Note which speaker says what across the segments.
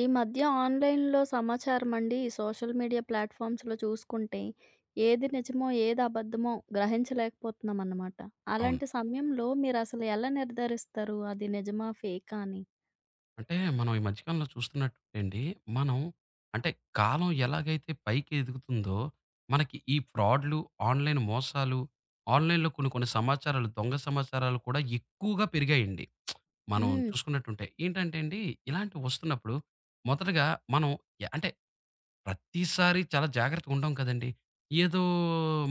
Speaker 1: ఈ మధ్య ఆన్‌లైన్‌లో సమాచారమండి, ఈ సోషల్ మీడియా ప్లాట్‌ఫామ్స్‌లో చూసుకుంటే, ఏది నిజమో, ఏది అబద్ధమో గ్రహించలేకపోతున్నామన్నమాట.
Speaker 2: అవును.
Speaker 1: అలాంటి సమయంలో మీరసలు ఎలా నిర్ధారిస్తారు? అది నిజమా, ఫేకా అని?
Speaker 2: అంటే మనం ఈ మధ్యకాలంలో చూస్తున్నట్టుంటే అండి, మనం అంటే కాలం ఎలాగైతే పైకి ఎదుగుతుందో, మనకి ఈ ఫ్రాడ్‌లు, ఆన్‌లైన్ మోసాలు, ఆన్‌లైన్‌లో కొన్ని కొన్ని సమాచారాలు, దొంగ సమాచారాలు కూడా ఎక్కువగా పెరిగాయండి. మనం
Speaker 1: హ్మ్.
Speaker 2: చూసుకున్నట్టుంటే. ఏంటంటే అండి, ఇలాంటివి వస్తున్నప్పుడు మొదటగా మనం య అంటే ప్రతిసారి చాలా జాగ్రత్తగా ఉండం కదండీ! ఏదో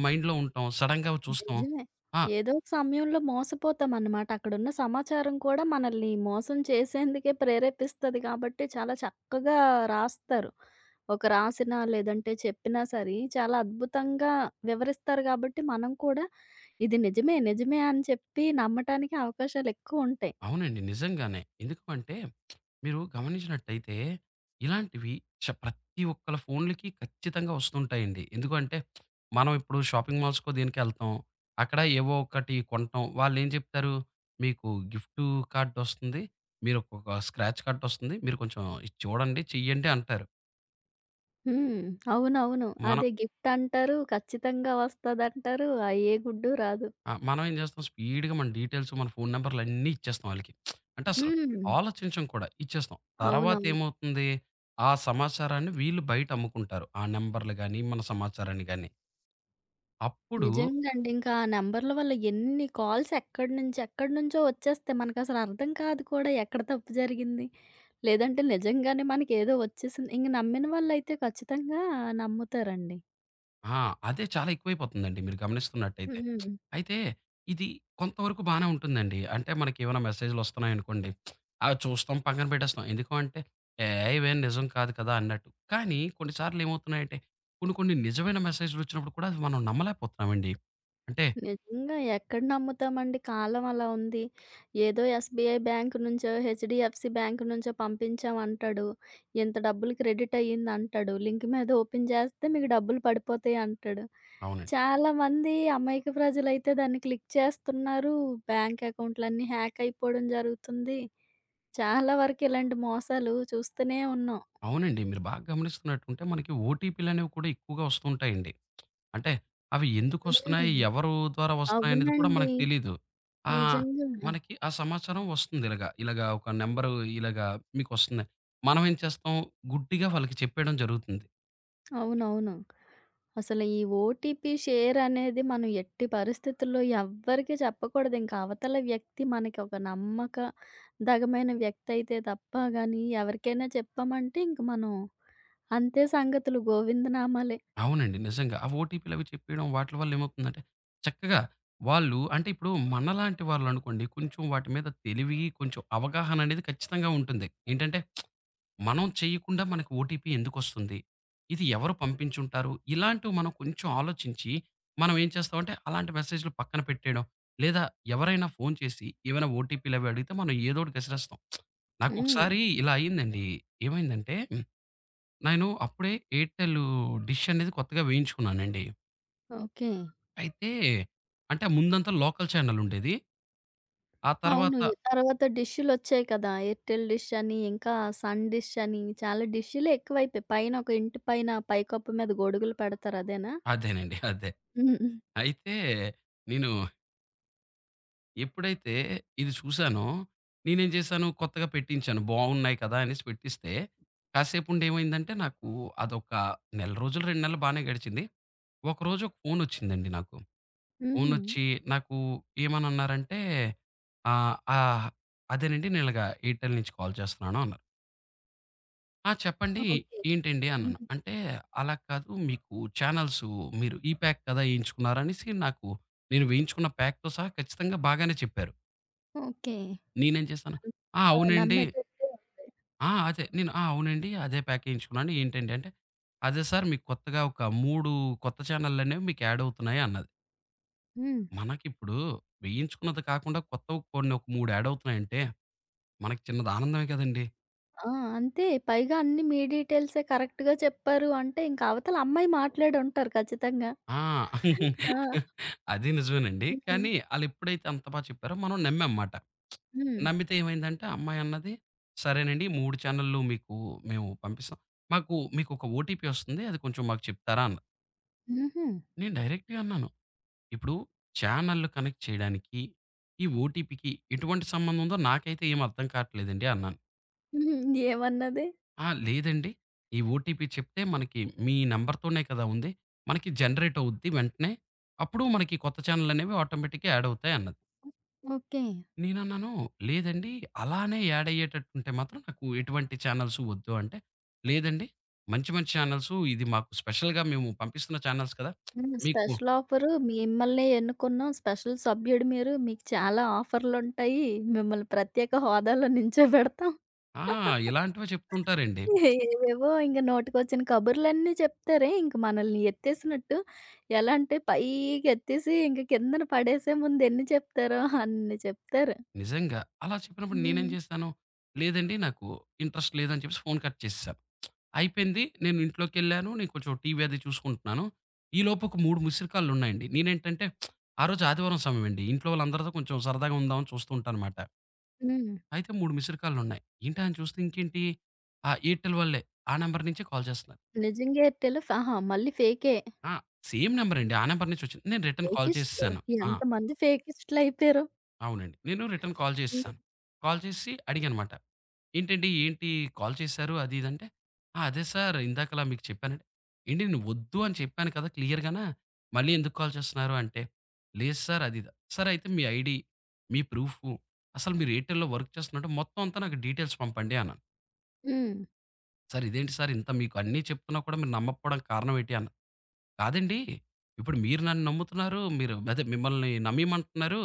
Speaker 2: మైండ్‌లో ఉంటాం. సడెన్‌గా చూస్తాం.
Speaker 1: నిజమే.
Speaker 2: ఆ!
Speaker 1: ఏదో ఒక సమయంలో మోసపోతామన్నమాట. అక్కడున్న సమాచారం కూడా మనల్ని మోసం చేసేందుకే ప్రేరేపిస్తది కాబట్టి, చాలా చక్కగా రాస్తారు. ఒక రాసినా, లేదంటే చెప్పినా సరే, చాలా అద్భుతంగా వివరిస్తారు కాబట్టి, మనం కూడా ఇది నిజమే, నిజమే అని చెప్పి నమ్మటానికి అవకాశాలెక్కువుంటాయి.
Speaker 2: అవునండి. నిజంగానే. ఎందుకు అంటే, మీరు గమనించినట్టయితే ఇలాంటివి ప్రతి ఒక్కళ్ళ ఫోన్‌లకి ఖచ్చితంగా వస్తుంటాయండి. ఎందుకంటే, మనం ఇప్పుడు షాపింగ్ మాల్స్‌కో దేనికెళ్తాం. అక్కడ ఏవో ఒకటి కొంటాం. వాళ్ళేం చెప్తారు, మీకు గిఫ్ట్ కార్డ్ వస్తుంది. మీరొకొక స్క్రాచ్ కార్డ్ వస్తుంది. మీరు కొంచెం ఇది చూడండి, చెయ్యండి అంటారు.
Speaker 1: హ్మ్. అవునవును.
Speaker 2: మనం
Speaker 1: అదే గిఫ్ట్ అంటారు, ఖచ్చితంగా వస్తదంటారు, ఆ ఏ గుడ్డు రాదు.
Speaker 2: ఆ! మనం ఏం చేస్తాం స్పీడ్‌గా మన డీటెయిల్స్, మన ఫోను నంబర్‌లు అన్నీ ఇచ్చేస్తాం ఆళ్ళకి. అంటే అసలు
Speaker 1: హ్మ్.
Speaker 2: ఆలోచించం కూడా ఇచ్చేస్తాం. తర్వాత
Speaker 1: అవునవును.
Speaker 2: ఏమవుతుంది? ఆ సమాచారాన్ని వీళ్ళు బయట అమ్ముకుంటారు. ఆ నంబర్‌లు గాని, మన సమాచారాన్ని గాని. అప్పుడు
Speaker 1: నిజంగా అండి. ఇంకా ఆ నంబర్ల వల్ల ఎన్ని కాల్స్ ఎక్కడి నుంచి ఎక్కడి నుంచో వచ్చేస్తాయి. మనకసలు అర్థం కాదు కూడా ఎక్కడ తప్పు జరిగింది, లేదంటే నిజంగానే మనకేదో వచ్చేసింది. ఇంక నమ్మిన వాళ్ళైతే ఖచ్చితంగా నమ్ముతారండి.
Speaker 2: ఆ! అదే చాలా ఎక్కువైపోతుందండి మీరు గమనిస్తున్నట్టయితే.
Speaker 1: హ్మ్.
Speaker 2: అయితే ఇది కొంతవరకు బానే ఉంటుందండి. అంటే మనకేమైనా మెసేజ్‌లొస్తున్నాయనుకోండి, అవి చూస్తాం, పక్కన పెట్టేస్తాం. ఎందుకు అంటే, ఏ ఇవేం నిజం కాదు కదా! అన్నట్టు. కానీ కొన్ని సార్లు ఏమవుతున్నాయంటే, కొన్ని కొన్ని నిజమైన మెసేజ్‌లొచ్చినప్పుడు కూడా అది మనం నమ్మలేకపోతున్నామండి. అంటే
Speaker 1: నిజంగా ఎక్కడ నమ్ముతామండి? కాలం అలా ఉంది. ఏదో ఎస్‌బీఐ బ్యాంక్ నుంచో, హెచ్‌డీఎఫ్‌సీ బ్యాంక్ నుంచో పంపించామంటాడు. ఇంత డబ్బులు క్రెడిట్ అయ్యిందంటాడు. లింక్ మీద ఓపెన్ చేస్తే మీకు డబ్బులు పడిపోతాయి అంటాడు.
Speaker 2: అవునండి.
Speaker 1: చాలామంది అమాయక ప్రజలైతే దాన్ని క్లిక్ చేస్తున్నారు. బ్యాంక్ అకౌంట్‌లన్నీ హ్యాక్ అయిపోవడం జరుగుతుంది. చాలా వరకు ఇలాంటి మోసాలు చూస్తూనే ఉన్నాం.
Speaker 2: అవునండి. మీరు బాగా గమనిస్తున్నట్టుంటే మనకి ఓటీపీలనేవి కూడా ఎక్కువగా వస్తూ ఉంటాయండి. అంటే అవి ఎందుకొస్తున్నాయి?
Speaker 1: హ్మ్.
Speaker 2: ఎవరు ద్వారా వస్తున్నాయనేది కూడా
Speaker 1: అవునండి.
Speaker 2: మనకు తెలీదు. ఆహ్,
Speaker 1: నిజంగా.
Speaker 2: మనకి ఆ సమాచారం వస్తుంది ఇలాగ. ఇలాగ ఒక నంబరు ఇలాగ మీకొస్తుంది. మనం ఏం చేస్తాం? గుడ్డిగా వాళ్ళకి చెప్పేయడం జరుగుతుంది.
Speaker 1: అవునవును. అసలు ఈ ఓటీపీ షేర్ అనేది మనం ఎట్టి పరిస్థితుల్లో ఎవ్వరికీ చెప్పకూడదు. ఇంకా అవతల వ్యక్తి మనకి ఒక నమ్మక దగమైన వ్యక్తి అయితే తప్ప గాని ఎవరికైనా చెప్పామంటే ఇంక మనం అంతే సంగతులు గోవిందనామాలే.
Speaker 2: అవునండి. నిజంగా. ఆ ఓటీపీలవి చెప్పేయడం వాటిల వల్ల ఏమవుతుందంటే, చక్కగా వాళ్ళు అంటే ఇప్పుడు మనలాంటి వాళ్ళనుకోండి కొంచెం వాటి మీద తెలివి, కొంచెం అవగాహన అనేది ఖచ్చితంగా ఉంటుంది. ఏంటంటే మనం చేయకుండా మనకు ఓటీపీ ఎందుకొస్తుంది? ఇది ఎవరు పంపించుంటారు? ఇలాంటివి మనం కొంచెం ఆలోచించి మనం ఏం చేస్తామంటే అలాంటి మెసేజ్‌లు పక్కన పెట్టేయడం. లేదా ఎవరైనా ఫోను చేసి ఏమైనా ఓటీపీలవి అడిగితే మనం ఏదో ఒకటి గసిరేస్తాం.
Speaker 1: హ్మ్.
Speaker 2: నాకొకసారి ఇలా అయిందండి. ఏమైందంటే నేను అప్పుడే ఎయిర్‌టెల్ డిష్ అనేది కొత్తగా వేయించుకున్నానండి.
Speaker 1: ఓకే.
Speaker 2: అయితే అంటే ముందంతా లోకల్ ఛానెల్ ఉండేది. ఆ తర్వాత
Speaker 1: అవును. ఈ తర్వాత డిష్‌లొచ్చాయి కదా! ఎయిర్‌టెల్ డిష్ అని, ఇంకా సన్ డిష్ అని చాలా డిష్‌లే ఎక్కువైపోయాయి. పైన ఒక ఇంటి పైన పైకప్పు మీద గొడుగులు పెడతారు అదేనా?
Speaker 2: అదేనండి. అదే.
Speaker 1: హ్మ్. హ్మ్.
Speaker 2: అయితే నేను ఎప్పుడైతే ఇది చూసానో, నేనేం చేశాను, కొత్తగా పెట్టించాను. బాగున్నాయి కదా! అనేసి పెట్టిస్తే, కాసేపుండి ఏమైందంటే నాకు అదొక నెల రోజులు, 2 నెలలు బానే గడిచింది. ఒకరోజు ఒక ఫోనొచ్చిందండి నాకు.
Speaker 1: హుహు.
Speaker 2: ఫోనొచ్చి నాకు ఏమనన్నారంటే, ఆహ్, ఆహ్, అదేనండి నేను ఇలాగ ఎయిర్‌టెల్ నుంచి కాల్ చేస్తున్నాను అన్నారు. "ఆ! చెప్పండి
Speaker 1: ఓకే.
Speaker 2: ఏంటండి?" అన్నాను.
Speaker 1: హ్మ్.
Speaker 2: అంటే, "అలా కాదు మీకు ఛానల్సు మీరు ఈ ప్యాక్ కదా! ఏయించుకున్నారు" అనేసి నాకు నేను వేయించుకున్న ప్యాక్‌తో సహా ఖచ్చితంగా బాగానే చెప్పారు.
Speaker 1: ఓకే.
Speaker 2: నేనేం చేశాను, "ఆ!
Speaker 1: ఆ!
Speaker 2: అవునండి.
Speaker 1: నమ్మేటట్టే ఉంది.
Speaker 2: ఆ! అదే నేను ఆ! అవునండి. అదే ప్యాక్ ఎయించుకున్నాను. ఏంటండి" అంటే, "అదే సార్ మీకు కొత్తగా ఒక 3 కొత్త ఛానెళ్ళనేవి మీకు యాడ్ అవుతున్నాయి" అన్నది.
Speaker 1: హ్మ్.
Speaker 2: మనకిప్పుడు వేయించుకున్నది కాకుండా కొత్తవి కొన్ని ఒక 3 యాడ్ అవుతున్నాయంటే మనకి చిన్నది ఆనందమే కదండీ!
Speaker 1: ఆ! అంతే. పైగా అన్ని మీ డీటెయిల్సే కరెక్ట్‌గా చెప్పారు అంటే, ఇంక అవతల అమ్మాయి మాట్లాడుంటారు ఖచ్చితంగా.
Speaker 2: ఆ!
Speaker 1: ఆ!
Speaker 2: అది నిజమేనండి.
Speaker 1: హ్మ్.
Speaker 2: కానీ ఆళ్ళెప్పుడైతే అంత బా చెప్పారో మనం నమ్మాంమాట.
Speaker 1: హ్మ్.
Speaker 2: నమ్మితే ఏమైందంటే ఆ అమ్మాయి అన్నది, "సరేనండి. ఈ 3 ఛానెల్లు మీకు మేము పంపిస్తాం. మాకు మీకొక ఓటీపీ వస్తుంది. అది కొంచెం మాకు చెప్తారా?" అన్నది.
Speaker 1: హుహు.
Speaker 2: నేను డైరెక్ట్‌గా అన్నాను. ఇప్పుడు చానెల్‌లు కనెక్ట్ చేయడానికి, ఈ ఓటీపీకి ఎటువంటి సంబంధం ఉందో నాకైతే ఏమి అర్థం కాట్లేదండి అన్నాను.
Speaker 1: హ్మ్. ఏమన్నది?
Speaker 2: "ఆ! లేదండి. ఈ ఓటీపీ చెప్తే మనకి మీ నంబర్‌తోనే కదా ఉంది. మనకి జనరేట్ అవుద్ది వెంటనే. అప్పుడు మనకి కొత్త చానెల్ అనేవి ఆటోమేటిక్‌గా యాడ్ అవుతాయి" అన్నది.
Speaker 1: ఓకే.
Speaker 2: నేనన్నాను, "లేదండి. అలానే యాడ్ అయ్యేటట్టు ఉంటే మాత్రం నాకు ఎటువంటి చానెల్స్ వద్దు" అంటే, "లేదండి. మంచి మంచి చానెల్సు ఇది మాకు స్పెషల్‌గా మేము పంపిస్తున్న చానెల్స్ కదా!
Speaker 1: హ్మ్.
Speaker 2: మీకు"
Speaker 1: స్పెషల్ ఆఫరు మిమ్మల్నే ఎన్నుకున్నాం. స్పెషల్ సభ్యుడు మీరు. మీకు చాలా ఆఫర్‌లుంటాయి. మిమ్మల్ని ప్రత్యేక హోదాలో నించోబెడతాం.
Speaker 2: ఆ! ఇలాంటివే చెప్తుంటారండి.
Speaker 1: ఏవేవో ఇంక నోటికొచ్చిన కబుర్లన్నీ చెప్తారే, ఇంక మనల్ని ఎత్తేసినట్టు. ఎలా అంటే పైకెత్తేసి ఇంక కిందన పడేసే ముందు ఎన్ని చెప్తారో అన్ని చెప్తారు.
Speaker 2: నిజంగా. అలా చెప్పినప్పుడు నేనేం
Speaker 1: హ్మ్.
Speaker 2: చేశాను, లేదండి నాకు ఇంట్రెస్ట్ లేదని చెప్పేసి ఫోను కట్ చేసేసాను. అయిపోయింది. నేను ఇంట్లోకెళ్ళాను. నేను కొంచెం టీవీ అది చూసుకుంటున్నాను. ఈలోపు ఒక 3 మిస్డ్ కాల్లున్నాయండి. నేనేంటంటే ఆ రోజు ఆదివారం సమయమండి. ఇంట్లో వాళ్ళందరితో కొంచెం సరదాగా ఉందామని చూస్తూ ఉంటానమాట.
Speaker 1: హ్మ్.
Speaker 2: అయితే 3 మిస్డ్ కాల్లున్నాయి. ఏంటా అని చూస్తే ఇంకేంటి ఆ ఎయిర్‌టెల్ వాళ్ళే. ఆ నంబర్ నుంచే కాల్ చేస్తున్నారు.
Speaker 1: నిజంగా ఎయిర్‌టెల్ అహా! మళ్ళీ ఫేకే.
Speaker 2: ఆ! సేమ్ నంబరండి. ఆ నంబర్ నుంచి వచ్చింది. నేను రిటర్న్ కాల్
Speaker 1: ఫేకిస్టులు.
Speaker 2: చేసేసాను. ఆ!
Speaker 1: ఎంతమంది ఫేకిస్టులయిపోయారో.
Speaker 2: అవునండి. నేను రిటర్న్ కాల్
Speaker 1: హ్మ్.
Speaker 2: చేసేసాను. కాల్ చేసి అడిగానమాట. "ఏంటండి? ఏంటి కాల్ చేశారు? అది ఇది" అంటే, "ఆ! అదే సార్ ఇందాకలా మీకు చెప్పానంటే" "ఏండి నేను వద్దు అని చెప్పాను కదా! క్లియర్‌గాన. మళ్ళీ ఎందుకు కాల్ చేస్తున్నారు?" అంటే, "లేదు సార్ అది ఇది" "సరే అయితే మీ ఐడీ, మీ ప్రూఫు, అసలు మీరు ఎయిర్‌టెల్‌లో వర్క్ చేస్తున్నట్టు మొత్తం అంతా నాకు డీటెయిల్స్ పంపండి" అన్నాను.
Speaker 1: హ్మ్.
Speaker 2: "సార్ ఇదేంటి సార్ ఇంత మీకు అన్నీ చెప్తున్నా కూడా మీరు నమ్మకపోవడానికి కారణం ఏంటి?" అన్నారు. కాదండి. ఇప్పుడు మీరు నన్ను నమ్ముతున్నారు. మీరు అదే మిమ్మల్ని నమ్మియమంటున్నారు.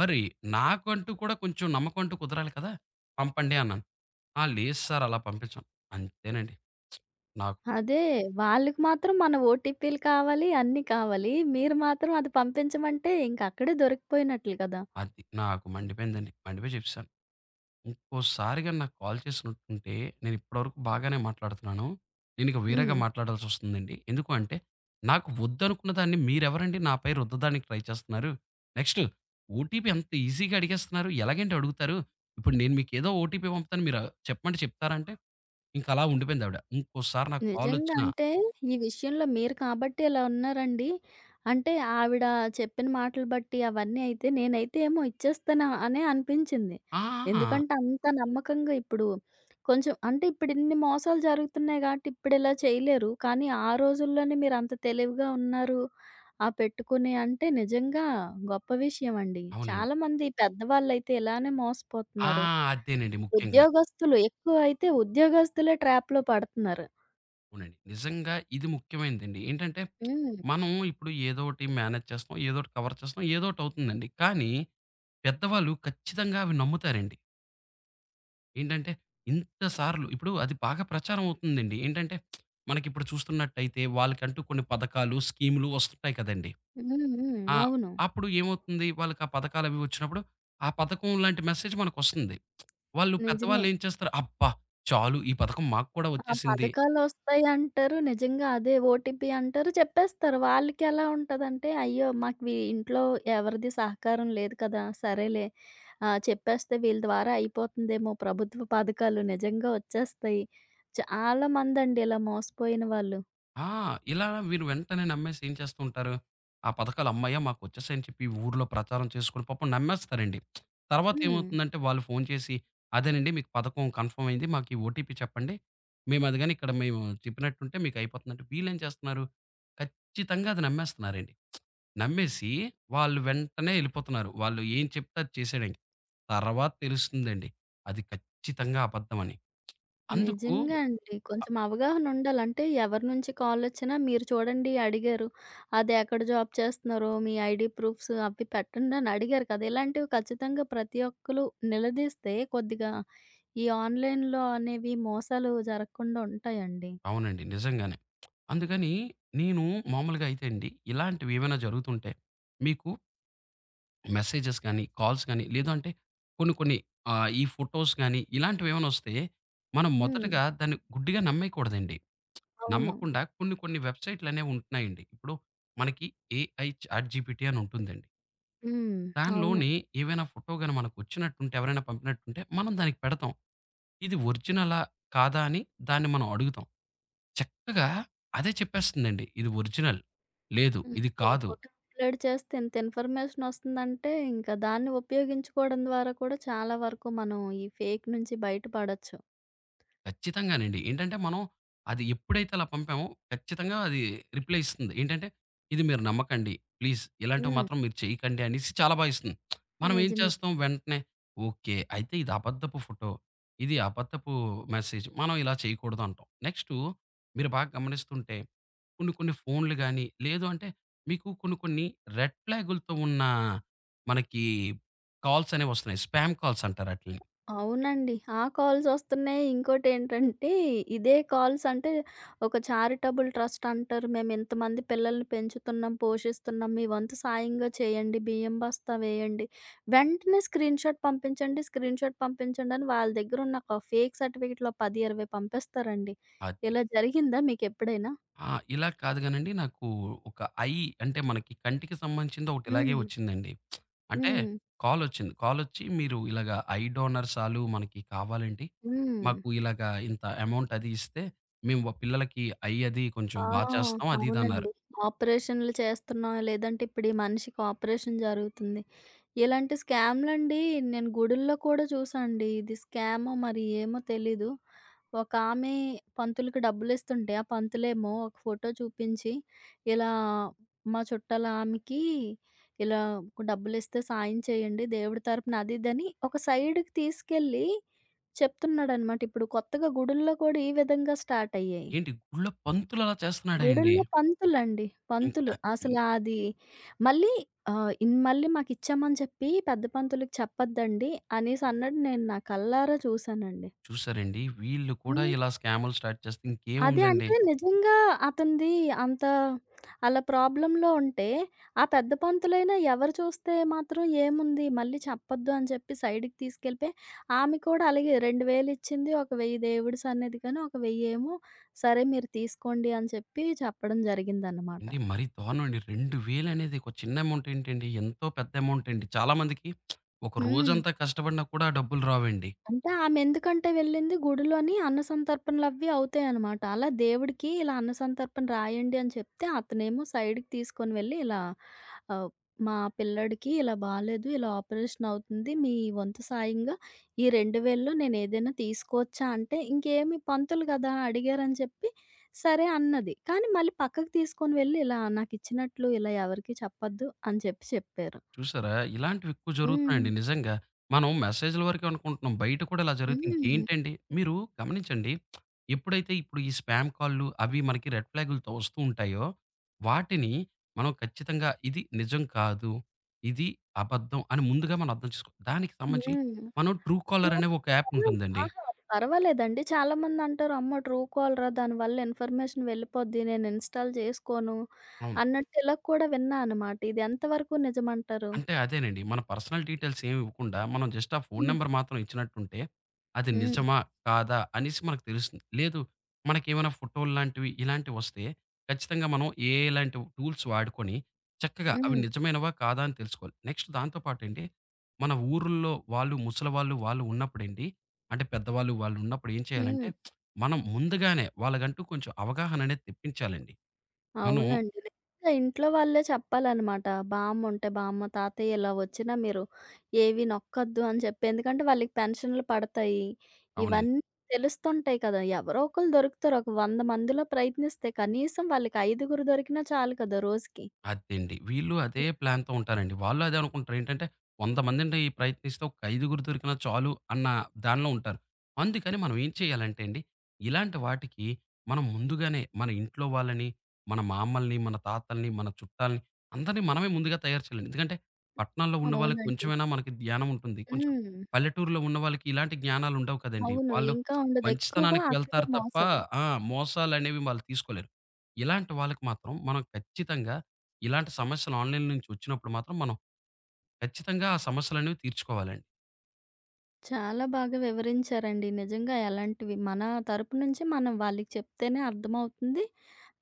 Speaker 2: మరి నాకంటూ కూడా కొంచెం నమ్మకం అంటూ కుదరాలి కదా! పంపండి అన్నాను. "ఆ! లేదు సార్ అలా పంపించం." అంతేనండి. నాకు
Speaker 1: అదే. వాళ్ళకి మాత్రం మన ఓటీపీలు కావాలి, అన్నీ కావాలి. మీరు మాత్రం అది పంపించమంటే ఇంకక్కడే దొరికిపోయినట్లు కదా!
Speaker 2: అది నాకు మండిపోయిందండి. మండిపోయి చెప్పేసాను. ఇంకోసారిగా నాకు కాల్ చేసినట్టుంటే, నేను ఇప్పటివరకు బాగానే మాట్లాడుతున్నాను. నేనిక వేరేగా
Speaker 1: హ్మ్.
Speaker 2: మాట్లాడాల్సి వస్తుందండి. ఎందుకు అంటే, నాకు వద్దనుకున్న దాన్ని మీరెవరండి నాపై రుద్దడానికి ట్రై చేస్తున్నారు? నెక్స్ట్ ఓటీపీ అంత ఈజీగా అడిగేస్తున్నారు. ఎలాగండి అడుగుతారు? ఇప్పుడు నేను మీకేదో ఓటీపీ పంపుతాను. మీరు చెప్పమంటే చెప్తారా అంటే, ఇంకలా ఉండిపోయిందావిడ. ఇంకోసారి నాకు
Speaker 1: నిజంగా
Speaker 2: కాలొచ్చినా
Speaker 1: అంటే, ఈ విషయంలో మీరు కాబట్టి ఇలా ఉన్నారండి. అంటే ఆవిడ చెప్పిన మాటలు బట్టి అవన్నీ అయితే నేనైతే ఏమో ఇచ్చేస్తాను అనే అనిపించింది.
Speaker 2: ఆ!
Speaker 1: ఎందుకంటే అంత నమ్మకంగా ఇప్పుడు కొంచెం అంటే ఇప్పుడు ఇన్ని మోసాలు జరుగుతున్నాయి కాబట్టి ఇప్పుడు ఇలా చేయలేరు. కానీ ఆ రోజుల్లోనే మీరు అంత తెలివిగా ఉన్నారు. ఆ పెట్టుకుని అంటే నిజంగా గొప్ప విషయం అండి.
Speaker 2: అవునండి.
Speaker 1: చాలామంది పెద్దవాళ్ళైతే ఇలానే
Speaker 2: ఆ!
Speaker 1: మోసపోతున్నారు.
Speaker 2: అదేనండి ముఖ్యంగా.
Speaker 1: ఉద్యోగస్తులు ఎక్కువ అయితే ఉద్యోగస్తులే ట్రాప్‌లో పడుతున్నారు.
Speaker 2: అవునండి. నిజంగా ఇది ముఖ్యమైనదండి. ఏంటంటే,
Speaker 1: హ్మ్.
Speaker 2: మనం ఇప్పుడు ఏదో ఒకటి మేనేజ్ చేస్తున్నాం, ఏదో ఒకటి కవర్ చేస్తున్నాం, ఏదో ఒకటి అవుతుందండి. కానీ పెద్దవాళ్ళు ఖచ్చితంగా అవి నమ్ముతారండి. ఏంటంటే, ఇంత సార్లు ఇప్పుడు అది బాగా ప్రచారం అవుతుందండి. ఏంటంటే, మనకిప్పుడు చూస్తున్నట్టయితే వాళ్ళకంటూ కొన్ని పథకాలు, స్కీములు వస్తుంటాయి కదండీ!
Speaker 1: హ్మ్. హ్మ్.
Speaker 2: ఆ!
Speaker 1: అవును.
Speaker 2: అప్పుడు ఏమవుతుంది, వాళ్ళకి ఆ పథకాలవి వచ్చినప్పుడు, ఆ పథకం లాంటి మెసేజ్ మనకొస్తుంది. వాళ్ళు
Speaker 1: నిజమే.
Speaker 2: పెద్దవాళ్ళు ఏం చేస్తారు, "అబ్బా! చాలు ఈ పథకం మాకు కూడా
Speaker 1: ఆ
Speaker 2: వచ్చేసింది."
Speaker 1: పథకాలొస్తాయంటారు. నిజంగా అదే ఓటీపీ అంటారు. చెప్పేస్తారు. వాళ్ళకెలా ఉంటదంటే, అయ్యో! మాకు వీ ఇంట్లో ఎవరిది సహకారం లేదు కదా! సరేలే చెప్పేస్తే వీళ్ళ ద్వారా అయిపోతుందేమో ప్రభుత్వ పథకాలు నిజంగా వచ్చేస్తాయి. చాలా మందండి ఇలా మోసపోయిన వాళ్ళు.
Speaker 2: ఆ! ఇలా వీరు వెంటనే నమ్మేసి ఏం చేస్తూ ఉంటారు, ఆ పథకాలు అమ్మయ్య! మాకొచ్చేసాయని చెప్పి ఊర్లో ప్రచారం చేసుకొని పాపం నమ్మేస్తారండి. తర్వాత
Speaker 1: హ్మ్.
Speaker 2: ఏమవుతుందంటే వాళ్ళు ఫోను చేసి, అదేనండి మీకు పథకం కన్ఫర్మ్ అయింది. మాకు ఈ ఓటీపీ చెప్పండి. మేము అది గాని ఇక్కడ మేము చెప్పినట్టుంటే మీకు అయిపోతుందంటే వీళ్ళేం చేస్తున్నారు, ఖచ్చితంగా అది నమ్మేస్తున్నారండి. నమ్మేసి వాళ్ళు వెంటనే ఎళ్ళిపోతున్నారు. వాళ్ళు ఏం చెప్తే అది చేసేయడానికి. తర్వాత తెలుస్తుందండి, అది ఖచ్చితంగా అబద్ధమని. అందుకు
Speaker 1: నిజంగా అండి. కొంచెం అవగాహన ఉండాలి. అంటే ఎవరి నుంచి కాలొచ్చినా మీరు చూడండి అడిగారు. అది ఎక్కడ జాబ్ చేస్తున్నారో, మీ ఐడీ ప్రూఫ్స్ అవి పెట్టండి అని అడిగారు కదా! ఇలాంటివి ఖచ్చితంగా ప్రతి ఒక్కళ్ళు నిలదీస్తే కొద్దిగా ఈ ఆన్‌లైన్‌లో అనేవి మోసాలు జరగకుండా ఉంటాయండి.
Speaker 2: అవునండి. నిజంగానే. అందుకని నేను మామూలుగా అయితే అండి, ఇలాంటివి ఏమైనా జరుగుతుంటే, మీకు మెసేజెస్ గాని, కాల్స్ గాని, లేదంటే కొన్ని కొన్ని ఆహ్, ఈ ఫోటోస్ గాని, ఇలాంటివేమైనా వస్తే, మనం
Speaker 1: హ్మ్.
Speaker 2: మొదటగా దాన్ని గుడ్డిగా నమ్మేయకూడదండి.
Speaker 1: అవును.
Speaker 2: నమ్మకుండా కొన్ని కొన్ని వెబ్‌సైట్‌లనేవి ఉంటున్నాయండి. ఇప్పుడు మనకి ఏఐ చాట్‌జీపీటీ అని ఉంటుందండి.
Speaker 1: హ్మ్. అవును.
Speaker 2: దానిలోని ఏవైనా ఫోటో గాని మనకొచ్చినట్టుంటే, ఎవరైనా పంపినట్టుంటే, మనం దానికి పెడతాం. ఇది ఒరిజినలా? కాదా? అని దాన్ని మనం అడుగుతాం. చక్కగా అదే చెప్పేస్తుందండి. ఇది ఒరిజినల్. లేదు ఇది
Speaker 1: ఓకే.
Speaker 2: కాదు.
Speaker 1: ఫోటో అప్‌లోడ్ చేస్తే ఇంత ఇన్ఫర్మేషన్ వస్తుందంటే ఇంకా దాన్ని ఉపయోగించుకోవడం ద్వారా కూడా చాలా వరకు మనం ఈ ఫేక్ నుంచి బయటపడొచ్చు.
Speaker 2: ఖచ్చితంగానండి. ఏంటంటే మనం అది ఎప్పుడైతే అలా పంపామో ఖచ్చితంగా అది రిప్లై ఇస్తుంది. ఏంటంటే ఇది మీరు నమ్మకండి. ప్లీజ్ ఇలాంటివి
Speaker 1: హ్మ్.
Speaker 2: మాత్రం మీరు చేయకండి అనేసి చాలా బా ఇస్తుంది. మనం ఏం
Speaker 1: నిజమే.
Speaker 2: చేస్తాం వెంటనే ఓకే. అయితే ఇది అబద్ధపు ఫోటో. ఇది అబద్ధపు మెసేజ్. మనం ఇలా చేయకూడదు అంటాం. నెక్స్టు మీరు బాగా గమనిస్తుంటే కొన్ని కొన్ని ఫోన్లు గాని, లేదు అంటే మీకు కొన్ని కొన్ని రెడ్ ఫ్లాగులతో ఉన్న మనకి కాల్స్ అనేవొస్తున్నాయి. స్పామ్ కాల్స్ అంటారు ఆటిలిని.
Speaker 1: అవునండి. ఆ కాల్సొస్తున్నాయి. ఇంకోటేంటంటే, ఇదే కాల్స్ అంటే, ఒక చారిటబుల్ ట్రస్ట్ అంటారు. మేమింతమంది పిల్లల్ని పెంచుతున్నాం, పోషిస్తున్నాం. మీ వంతు సాయంగా చేయండి. బియ్యం బస్తా వేయండి. వెంటనే స్క్రీన్‌షాట్ పంపించండి, స్క్రీన్‌షాట్ పంపించండని వాళ్ళ దగ్గరున్న ఒక ఫేక్ సర్టిఫికేట్‌లో 10, 20 పంపిస్తారండి.
Speaker 2: అది.
Speaker 1: ఇలా జరిగిందా మీకెప్పుడైనా?
Speaker 2: ఆ! ఇలా కాదు గానండి నాకు ఒక ఐ అంటే మనకి కంటికి సంబంధించింది ఒకటి ఇలాగే
Speaker 1: హ్మ్.
Speaker 2: వచ్చిందండి. అంటే
Speaker 1: హ్మ్.
Speaker 2: కాలొచ్చింది. కాలొచ్చి మీరు ఇలాగా ఐ డోనర్ సాలు మనకి కావాలండి.
Speaker 1: హ్మ్.
Speaker 2: మాకు ఇలాగా ఇంత అమౌంట్ అది ఇస్తే మేము వ పిల్లలకి ఐ అది కొంచెం
Speaker 1: ఆ!
Speaker 2: బా చేస్తాం అది ఇది అన్నారు.
Speaker 1: అవునండి. ఆపరేషన్‌లు చేస్తున్నాం, లేదంటే ఇప్పుడు ఈ మనిషికి ఆపరేషన్ జరుగుతుంది. ఇలాంటి స్కామ్‌లండి నేను గుడుల్లో కూడా చూసాండి. ఇది స్కామో మరి ఏమో తెలీదు. ఒకామె పంతులకి డబ్బులిస్తుంటే, ఆ పంతులేమో ఒక ఫోటో చూపించి, ఇలా మా చుట్టాలామెకి ఇలా డబ్బులిస్తే సాయం చేయండి దేవుడి తరపున అది ఇదని ఒక సైడ్‌కి తీసుకెళ్ళి చెప్తున్నాడనమాట. ఇప్పుడు కొత్తగా గుడుల్లో కూడా ఈ విధంగా స్టార్ట్ అయ్యాయి.
Speaker 2: ఏంటి గుళ్ళో పంతులలా చేస్తున్నాడా అండి?
Speaker 1: గుడుల్లో పంతులండి.
Speaker 2: ఇంకా
Speaker 1: పంతులు. అసల అది మళ్ళీ ఆహ్, ఇన్ మళ్ళీ మాకిచ్చామని చెప్పి పెద్ద పంతులకి చెప్పద్దండి అనేసన్నాడు. నేను నా కళ్ళారా చూసానండి.
Speaker 2: చూసారండి? వీళ్ళు కూడా
Speaker 1: హ్మ్.
Speaker 2: ఇలా స్కాములు స్టార్ట్ చేస్తే
Speaker 1: అదే
Speaker 2: ఇంకేముందండి?
Speaker 1: అంటే నిజంగా అతనిది అంత అలా ప్రాబ్లమ్‌లో ఉంటే, ఆ పెద్ద పంతులైనా ఎవరు చూస్తే మాత్రం ఏముంది మళ్ళీ చెప్పొద్దు అని చెప్పి సైడ్‌కి తీసుకెళ్ళిపోయి, ఆమె కూడా అలాగే 2000 ఇచ్చింది. ఒక 1000 దేవుడి సన్నిధికని, ఒక 1000 ఏమో సరే మీరు తీసుకోండి అని చెప్పి చెప్పడం జరిగిందనమాట.
Speaker 2: ఏండి మరీ దారుణం అండి. 2000 అనేది ఒక చిన్న అమౌంట్ ఏంటండి? ఎంతో పెద్ద అమౌంట్ అండి. చాలా మందికి ఒక
Speaker 1: హ్మ్.
Speaker 2: రోజంతా కష్టపడినా కూడా ఆ డబ్బులు రావండి.
Speaker 1: అంటే ఆమెందుకంటే వెళ్ళింది గుడిలోని అన్నసంతర్పణలవి అవుతాయనమాట. అలా దేవుడికి ఇలా అన్నసంతర్పణ రాయండి అని చెప్తే, అతనేమో సైడ్‌కి తీసుకొని వెళ్ళి ఇలా ఆహ్, మా పిల్లాడికి ఇలా బాలేదు, ఇలా ఆపరేషన్ అవుతుంది. మీ వంతు సాయంగా ఈ 2000లో నేనేదైనా తీసుకోవచ్చా అంటే, ఇంకేమి పంతులు గదా! అడిగారని చెప్పి సరే అన్నది. కానీ మళ్ళీ పక్కకు తీసుకొని వెళ్ళి ఇలా నాకిచ్చినట్లు ఇలా ఎవరికీ చెప్పొద్దు అని చెప్పి చెప్పారు.
Speaker 2: చూసారా? ఇలాంటివెక్కువ
Speaker 1: హ్మ్.
Speaker 2: జరుగుతున్నాయండి నిజంగా. మనం మెసేజ్‌ల వరకే అనుకుంటున్నాం. బయట కూడా ఇలా జరిగితే
Speaker 1: హ్మ్.
Speaker 2: ఇంకేంటండి? మీరు గమనించండి. ఎప్పుడైతే ఇప్పుడు ఈ స్పామ్ కాల్‌లు అవి మనకి రెడ్ ఫ్లాగులతో వస్తూ ఉంటాయో, వాటిని మనం ఖచ్చితంగా ఇది నిజం కాదు, ఇది అబద్ధం అని ముందుగా మనం అర్థం చేసుకోవాలి. దానికి సంబంధించి
Speaker 1: హ్మ్.
Speaker 2: మనం ట్రూ
Speaker 1: ట్రూ
Speaker 2: కాలర్ అనే ఒక యాప్
Speaker 1: కాలర్
Speaker 2: ఉంటుందండి.
Speaker 1: అహా! పర్వాలేదండి. చాలామందంటారు, "అమ్మో! ట్రూ కాలరా దానివల్ల ఇన్ఫర్మేషన్ వెళ్ళిపోద్ది. నేను ఇన్‌స్టాల్ చేసుకోను" అన్నట్టు ఇలా కూడా విన్నా అనమాట. ఇది ఎంతవరకు నిజమంటారు?
Speaker 2: అదేనండి. మన పర్సనల్ డీటెయిల్స్ ఏమి ఇవ్వకుండా, మనం జస్ట్ ఆ ఫోను
Speaker 1: హ్మ్.
Speaker 2: నంబర్ మాత్రం ఇచ్చినట్టుంటే, అది
Speaker 1: హ్మ్.
Speaker 2: నిజమా? కాదా? అనేసి మనకు తెలుస్తుంది. లేదు మనకేమైనా ఫోటోలు లాంటివి, ఇలాంటివొస్తే ఖచ్చితంగా మనం ఏఐ లాంటి టూల్స్ వాడుకొని, చక్కగా అవి
Speaker 1: హ్మ్.
Speaker 2: నిజమైనవా? కాదా? అని తెలుసుకోవాలి. నెక్స్ట్ దాంతో పాటండి, మన ఊరుల్లో వాళ్ళు ముసలివాళ్ళు, వాళ్ళు ఉన్నప్పుడండి అంటే పెద్దవాళ్ళు వాళ్ళు ఉన్నప్పుడు ఏం చేయాలంటే,
Speaker 1: హ్మ్.
Speaker 2: మనం ముందుగానే వాళ్ళకంటూ కొంచెం అవగాహన అనేది తెప్పించాలండి. మనం
Speaker 1: అవునండి. లేదా ఇంట్లో వాళ్ళే చెప్పాలనమాట. బామ్ముంటే బామ్మ, తాతయ్య ఇలా వచ్చినా మీరు ఏవి నొక్కొద్దు అని చెప్పి. ఎందుకంటే వాళ్ళకి పెన్షన్‌లు పడతాయి.
Speaker 2: అవునండి.
Speaker 1: ఇవన్నీ తెలుస్తుంటాయి కదా! ఎవరో ఒకళ్ళు దొరుకుతారు. ఒక 100 మందిలో ప్రయత్నిస్తే కనీసం వాళ్ళకి ఐదుగురు దొరికినా చాలు కదా రోజుకి.
Speaker 2: అదండి. వీళ్ళు అదే
Speaker 1: హ్మ్.
Speaker 2: ప్లాన్‌తో ఉంటారండి. వాళ్ళు అదే అనుకుంటారు. ఏంటంటే 100 మందిని ఈ ప్రయత్నిస్తే ఒక ఐదుగురు దొరికినా చాలు అన్న దానిలో ఉంటారు. అందుకని మనం ఏం చేయాలంటే అండి, ఇలాంటి వాటికి మనం ముందుగానే మన ఇంట్లో వాళ్ళని, మన మామల్ని, మన తాతల్ని, మన చుట్టాల్ని అందరిని మనమే ముందుగా తయారు చేయాలండి. ఎందుకంటే పట్టణాల్లో ఉన్న వాళ్ళకి
Speaker 1: అవునండి.
Speaker 2: కొంచెమైనా మనకి జ్ఞానం ఉంటుంది.
Speaker 1: హ్మ్.
Speaker 2: పల్లెటూరులో ఉన్న వాళ్ళకి ఇలాంటి జ్ఞానాలు ఉండవు కదండీ.
Speaker 1: అవును.
Speaker 2: వాళ్ళు
Speaker 1: ఇంకా ఉండదు. ఎక్కువ
Speaker 2: మంచితనానికి
Speaker 1: అక్కడే
Speaker 2: వెళ్తారు తప్ప
Speaker 1: మోసాలు.
Speaker 2: ఆ! మోసాలనేవి వాళ్ళు తీసుకోలేరు. ఇలాంటి వాళ్ళకి మాత్రం మనం ఖచ్చితంగా ఇలాంటి సమస్యలు ఆన్‌లైన్ నుంచి వచ్చినప్పుడు మాత్రం మనం ఖచ్చితంగా ఆ సమస్యలనేవి తీర్చుకోవాలండి.
Speaker 1: చాలా బాగా వివరించారండి. నిజంగా ఎలాంటివి మన తరపు నుంచి మనం వాళ్ళకి చెప్తేనే అర్థమవుతుంది.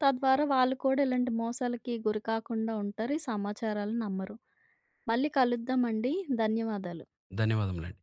Speaker 1: తద్వారా వాళ్ళు కూడా ఇలాంటి మోసాలకి గురి కాకుండా ఉంటారు. ఈ సమాచారాలు నమ్మరు. మళ్ళీ కలుద్దామండి. ధన్యవాదాలు.
Speaker 2: ధన్యవాదములండి.